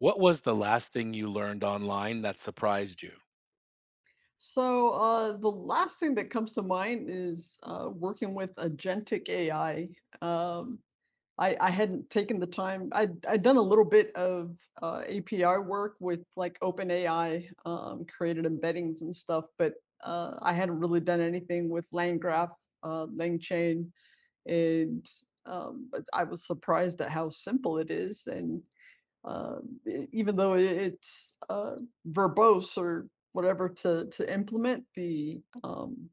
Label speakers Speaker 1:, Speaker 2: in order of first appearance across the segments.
Speaker 1: What was the last thing you learned online that surprised you?
Speaker 2: So the last thing that comes to mind is working with agentic AI. Um, I hadn't taken the time. I'd done a little bit of API work with like OpenAI, created embeddings and stuff, but I hadn't really done anything with LangGraph, LangChain, and but I was surprised at how simple it is, and even though it's verbose or whatever to implement the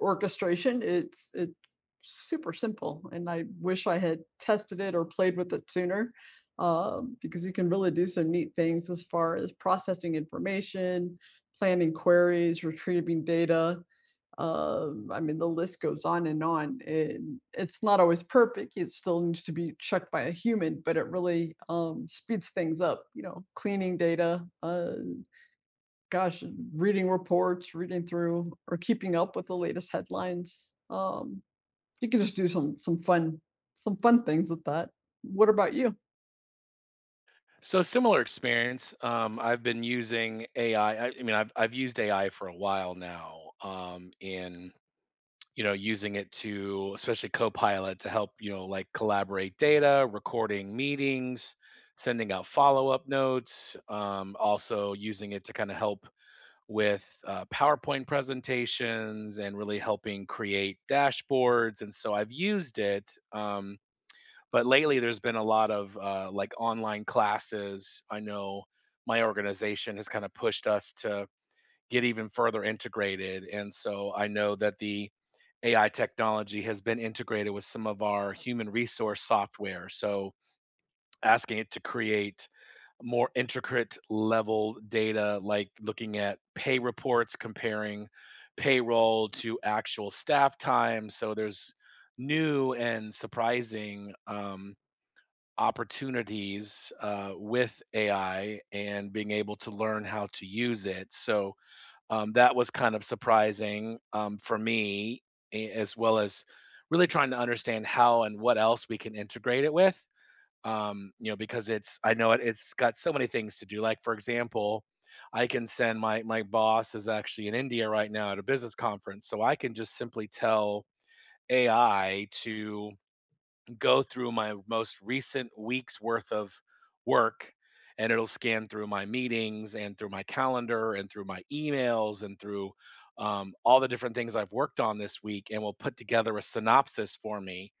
Speaker 2: orchestration. It's super simple. And I wish I had tested it or played with it sooner, because you can really do some neat things as far as processing information, planning queries, retrieving data. I mean, the list goes on. And it's not always perfect. It still needs to be checked by a human, but it really speeds things up. You know, cleaning data, gosh, reading reports, reading through, or keeping up with the latest headlines. You can just do some fun things with that. What about you?
Speaker 1: So similar experience. I've been using AI. I mean, I've used AI for a while now. Using it to especially Copilot to help, you know, like collaborate data, recording meetings, sending out follow up notes. Also using it to kind of help with PowerPoint presentations and really helping create dashboards. And so I've used it. But lately, there's been a lot of, like, online classes. I know my organization has kinda pushed us to get even further integrated, and so I know that the AI technology has been integrated with some of our human resource software, so asking it to create more intricate level data, like looking at pay reports, comparing payroll to actual staff time, so there's new and surprising, opportunities with AI and being able to learn how to use it. So that was kind of surprising for me, as well as really trying to understand how and what else we can integrate it with. You know, because it's I know it's got so many things to do. Like for example, I can send my boss is actually in India right now at a business conference, so I can just simply tell AI to go through my most recent week's worth of work, and it'll scan through my meetings and through my calendar and through my emails and through all the different things I've worked on this week and will put together a synopsis for me.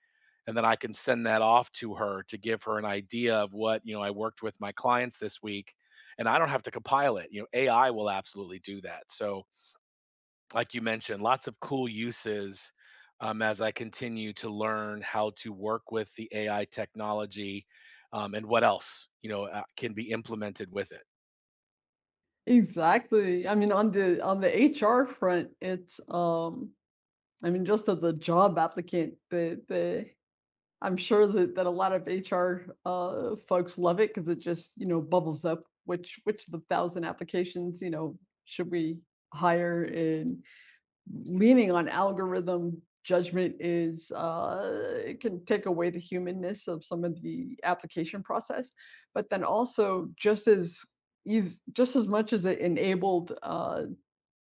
Speaker 1: And then I can send that off to her to give her an idea of what, you know, I worked with my clients this week. And I don't have to compile it. You know, AI will absolutely do that. So like you mentioned, lots of cool uses as I continue to learn how to work with the AI technology and what else, you know, can be implemented with it.
Speaker 2: Exactly. I mean, on the HR front, it's, I mean, just as a job applicant, the I'm sure that a lot of HR folks love it, because it just, you know, bubbles up which of the thousand applications, you know, should we hire. And leaning on algorithm judgment is, it can take away the humanness of some of the application process, but then also just as much as it enabled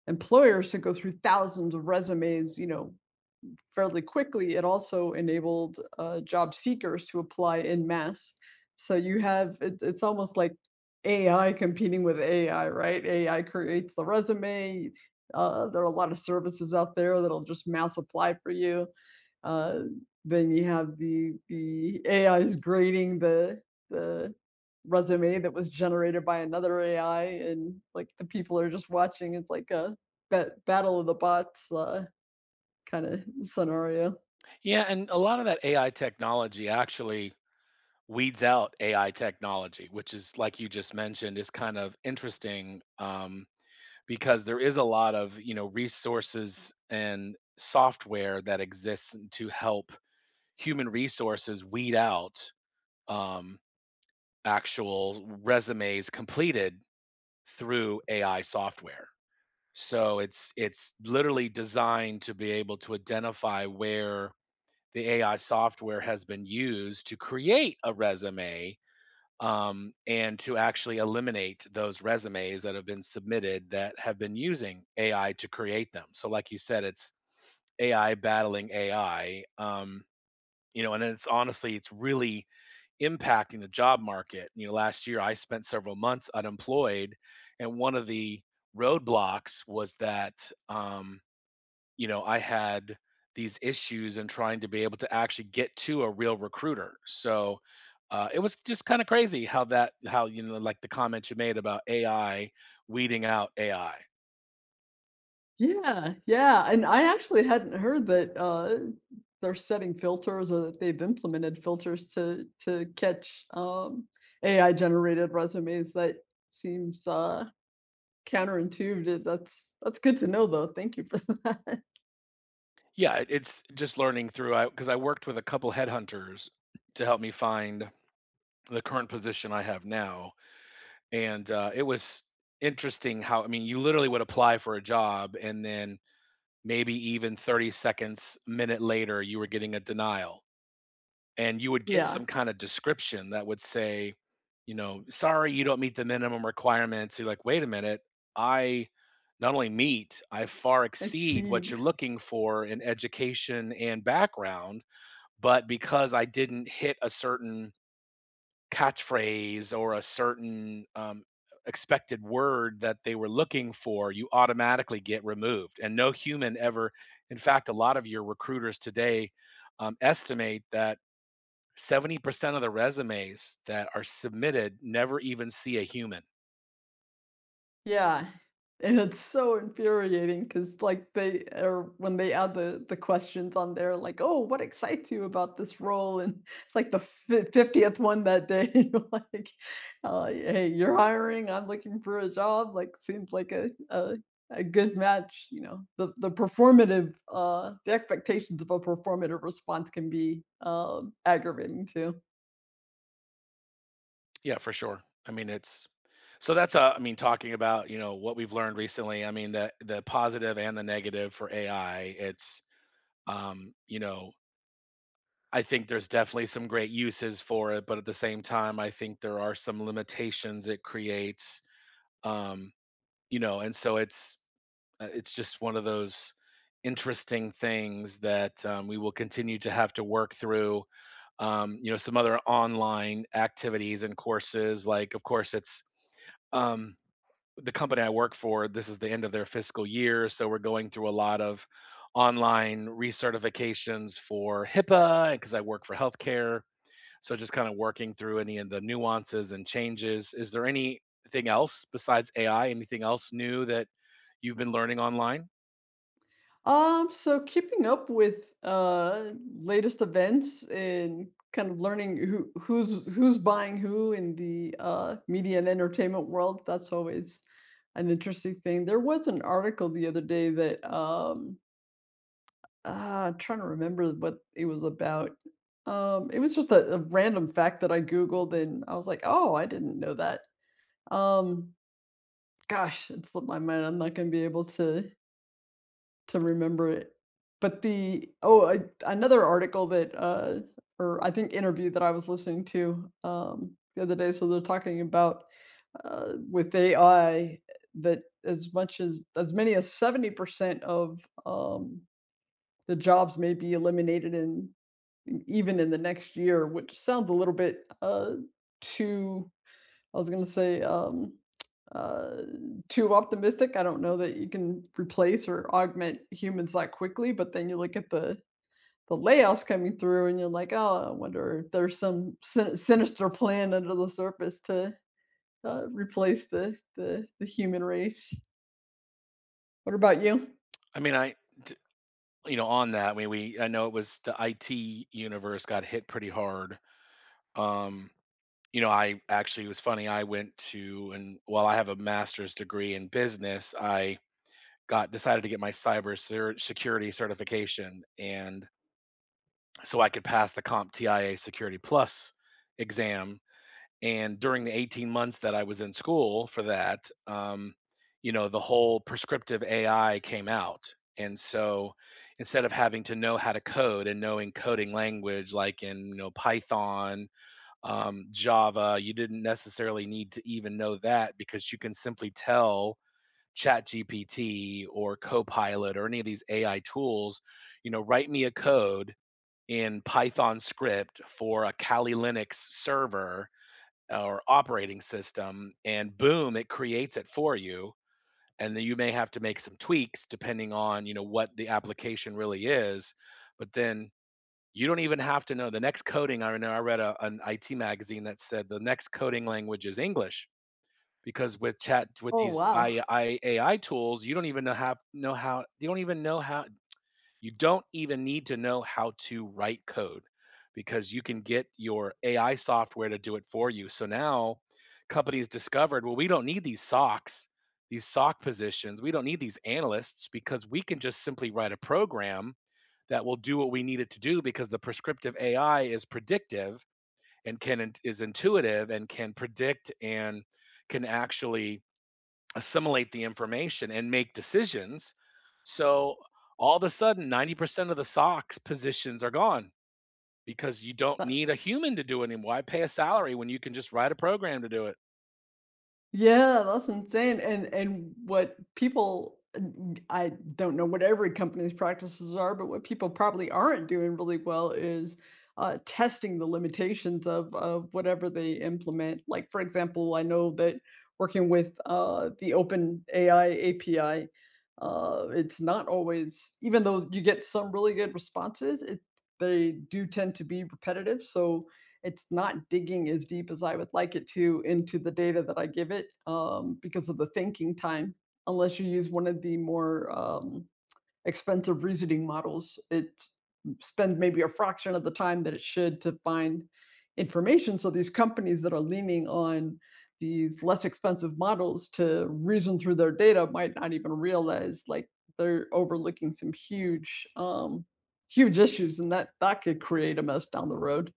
Speaker 2: employers to go through thousands of resumes, you know, fairly quickly, it also enabled job seekers to apply in mass. So you have it, it's almost like AI competing with AI, right? AI creates the resume. There are a lot of services out there that'll just mass apply for you. Uh, then you have the AI is grading the resume that was generated by another AI, and like the people are just watching. It's like a battle of the bots, kind of scenario.
Speaker 1: Yeah, and a lot of that AI technology actually weeds out AI technology, which is, like you just mentioned, is kind of interesting, because there is a lot of, you know, resources and software that exists to help human resources weed out, um, actual resumes completed through AI software. So it's literally designed to be able to identify where the AI software has been used to create a resume, and to actually eliminate those resumes that have been submitted that have been using AI to create them. So, like you said, it's AI battling AI. You know, and it's honestly, it's really impacting the job market. You know, last year I spent several months unemployed, and one of the roadblocks was that, um, you know, I had these issues in trying to be able to actually get to a real recruiter. So it was just kind of crazy how that, how, you know, like the comment you made about AI weeding out AI.
Speaker 2: Yeah, yeah, and I actually hadn't heard that, they're setting filters, or that they've implemented filters to catch, AI-generated resumes. That seems, counterintuitive. That's good to know, though. Thank you for that.
Speaker 1: Yeah, it's just learning through. I, because I worked with a couple headhunters to help me find the current position I have now. And, it was interesting how, I mean, you literally would apply for a job, and then maybe even 30 seconds, minute later, you were getting a denial. And you would get
Speaker 2: Yeah,
Speaker 1: some kinda description that would say, you know, "Sorry, you don't meet the minimum requirements." You're like, "Wait a minute, I not only meet, I far exceed
Speaker 2: exceed.
Speaker 1: what you're looking for in education and background, but because I didn't hit a certain" catchphrase or a certain expected word that they were looking for, you automatically get removed. And no human ever, in fact, a lot of your recruiters today estimate that 70% of the resumes that are submitted never even see a human.
Speaker 2: Yeah, and it's so infuriating because, like, they, or when they add the questions on there, like, "Oh, what excites you about this role?" And it's like the fi 50th one that day, you're like, "Hey, you're hiring, I'm looking for a job," like, seems like a good match, you know? The performative, the expectations of a performative response can be, aggravating too.
Speaker 1: Yeah, for sure. I mean, it's so that's I mean, talking about, you know, what we've learned recently. I mean, the positive and the negative for AI. It's you know, I think there's definitely some great uses for it, but at the same time, I think there are some limitations it creates. Um, you know, and so it's just one of those interesting things that, we will continue to have to work through. You know, some other online activities and courses, like, of course, it's um, the company I work for. This is the end of their fiscal year, so we're going through a lot of online recertifications for HIPAA because I work for healthcare, so just kind of working through any of the nuances and changes. Is there anything else besides AI? Anything else new that you've been learning online?
Speaker 2: So keeping up with latest events and kind of learning who's buying who in the media and entertainment world, that's always an interesting thing. There was an article the other day that I'm trying to remember what it was about. It was just a random fact that I Googled, and I was like, oh, I didn't know that. Um, gosh, it slipped my mind. I'm not gonna be able to remember it. But the oh, I another article that, or I think interview that I was listening to, the other day, so they're talking about, with AI that as much as many as, 70% of, the jobs may be eliminated in, even in the next year, which sounds a little bit, too I was gonna say, uh, too optimistic. I don't know that you can replace or augment humans that quickly, but then you look at the layoffs coming through, and you're like, "Oh, I wonder if there's some sinister plan under the surface to replace the, the human race." What about you?
Speaker 1: I mean, t- you know, on that, I mean, we, I know it was the IT universe got hit pretty hard. Um, you know, I actually, it was funny. I went to, and while I have a master's degree in business, I got decided to get my cyber security certification. And so I could pass the CompTIA Security Plus exam, and during the 18 months that I was in school for that, you know, the whole prescriptive ai came out, and so instead of having to know how to code and knowing coding language like, in, you know, python, java, you didn't necessarily need to even know that because you can simply tell ChatGPT or copilot or any of these ai tools, you know, write me a code in python script for a kali linux server or operating system, and boom, it creates it for you. And then you may have to make some tweaks depending on, you know, what the application really is, but then you don't even have to know the next coding. I know I read a, an it magazine that said the next coding language is english, because with chat with
Speaker 2: Oh, wow.
Speaker 1: ai tools, you don't even know how you don't even know how you don't even need to know how to write code, because you can get your AI software to do it for you. So now companies discovered, well, we don't need these socks, these sock positions. We don't need these analysts because we can just simply write a program that will do what we need it to do, because the prescriptive AI is predictive and can is intuitive and can predict and can actually assimilate the information and make decisions. So all of a sudden, 90% of the socks positions are gone because you don't need a human to do it anymore. Why pay a salary when you can just write a program to do it?
Speaker 2: Yeah, that's insane. And what people, I don't know what every company's practices are, but what people probably aren't doing really well is, testing the limitations of whatever they implement. Like, for example, I know that working with, the OpenAI API, it's not always, even though you get some really good responses, it, they do tend to be repetitive, so it's not digging as deep as I would like it to into the data that I give it, because of the thinking time, unless you use one of the more expensive reasoning models. It spends maybe a fraction of the time that it should to find information. So these companies that are leaning on these less expensive models to reason through their data might not even realize, like, they're overlooking some huge issues, and that that could create a mess down the road.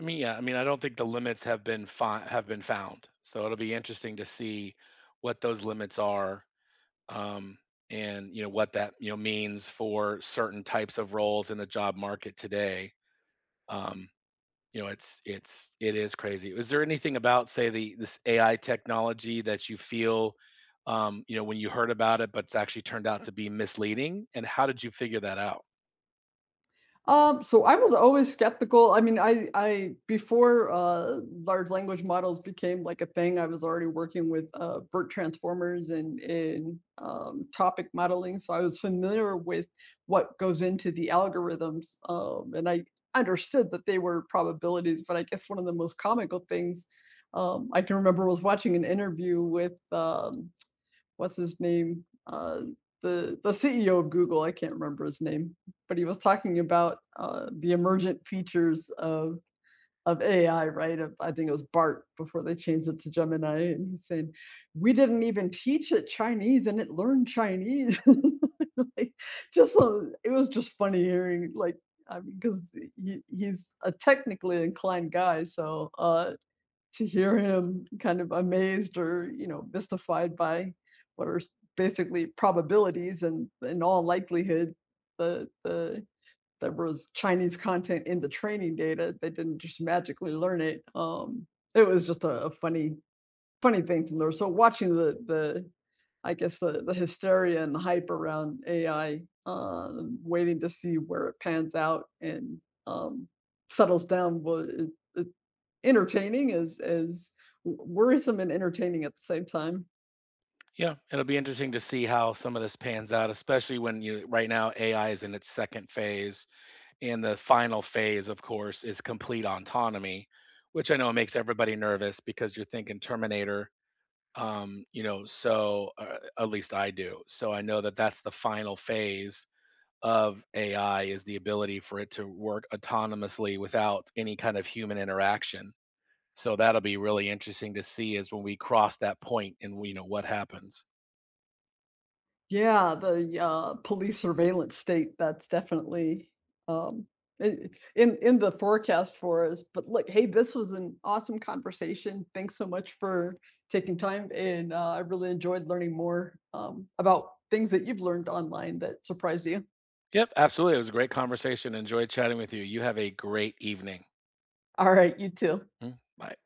Speaker 1: I mean, yeah, I mean, I don't think the limits have have been found. So it'll be interesting to see what those limits are, um, and you know what that, you know, means for certain types of roles in the job market today. Um, You know, it's it is crazy. Is there anything about, say, the this AI technology that you feel, you know, when you heard about it, but it's actually turned out to be misleading? And how did you figure that out?
Speaker 2: So I was always skeptical. I mean, I before large language models became like a thing, I was already working with BERT transformers, and in topic modeling, so I was familiar with what goes into the algorithms, and I understood that they were probabilities. But I guess one of the most comical things, I can remember, was watching an interview with. What's his name? The CEO of Google, I can't remember his name, but he was talking about the emergent features of AI, right? Of, I think it was BART before they changed it to Gemini, and he's saying, we didn't even teach it Chinese, and it learned Chinese. Like, just it was just funny hearing like. I mean, because he's a technically inclined guy, so to hear him kind of amazed, or, you know, mystified by what are basically probabilities, and in all likelihood, the the there was Chinese content in the training data. They didn't just magically learn it. It was just a funny thing to learn. So watching I guess the hysteria and the hype around AI, waiting to see where it pans out and um, settles down, was entertaining as worrisome and entertaining at the same time.
Speaker 1: Yeah, it'll be interesting to see how some of this pans out, especially when you right now AI is in its second phase, and the final phase, of course, is complete autonomy, which I know makes everybody nervous because you're thinking Terminator. You know, so at least I do. So I know that that's the final phase of AI is the ability for it to work autonomously without any kind of human interaction. So that'll be really interesting to see is when we cross that point, and we, you know, what happens.
Speaker 2: Yeah, the, police surveillance state, that's definitely, um, I in the forecast for us, but look, hey, this was an awesome conversation. Thanks so much for taking time, and, I really enjoyed learning more, about things that you've learned online that surprised you.
Speaker 1: Yep, absolutely. It was a great conversation. Enjoyed chatting with you. You have a great evening.
Speaker 2: Alright, you too.
Speaker 1: Mm, bye.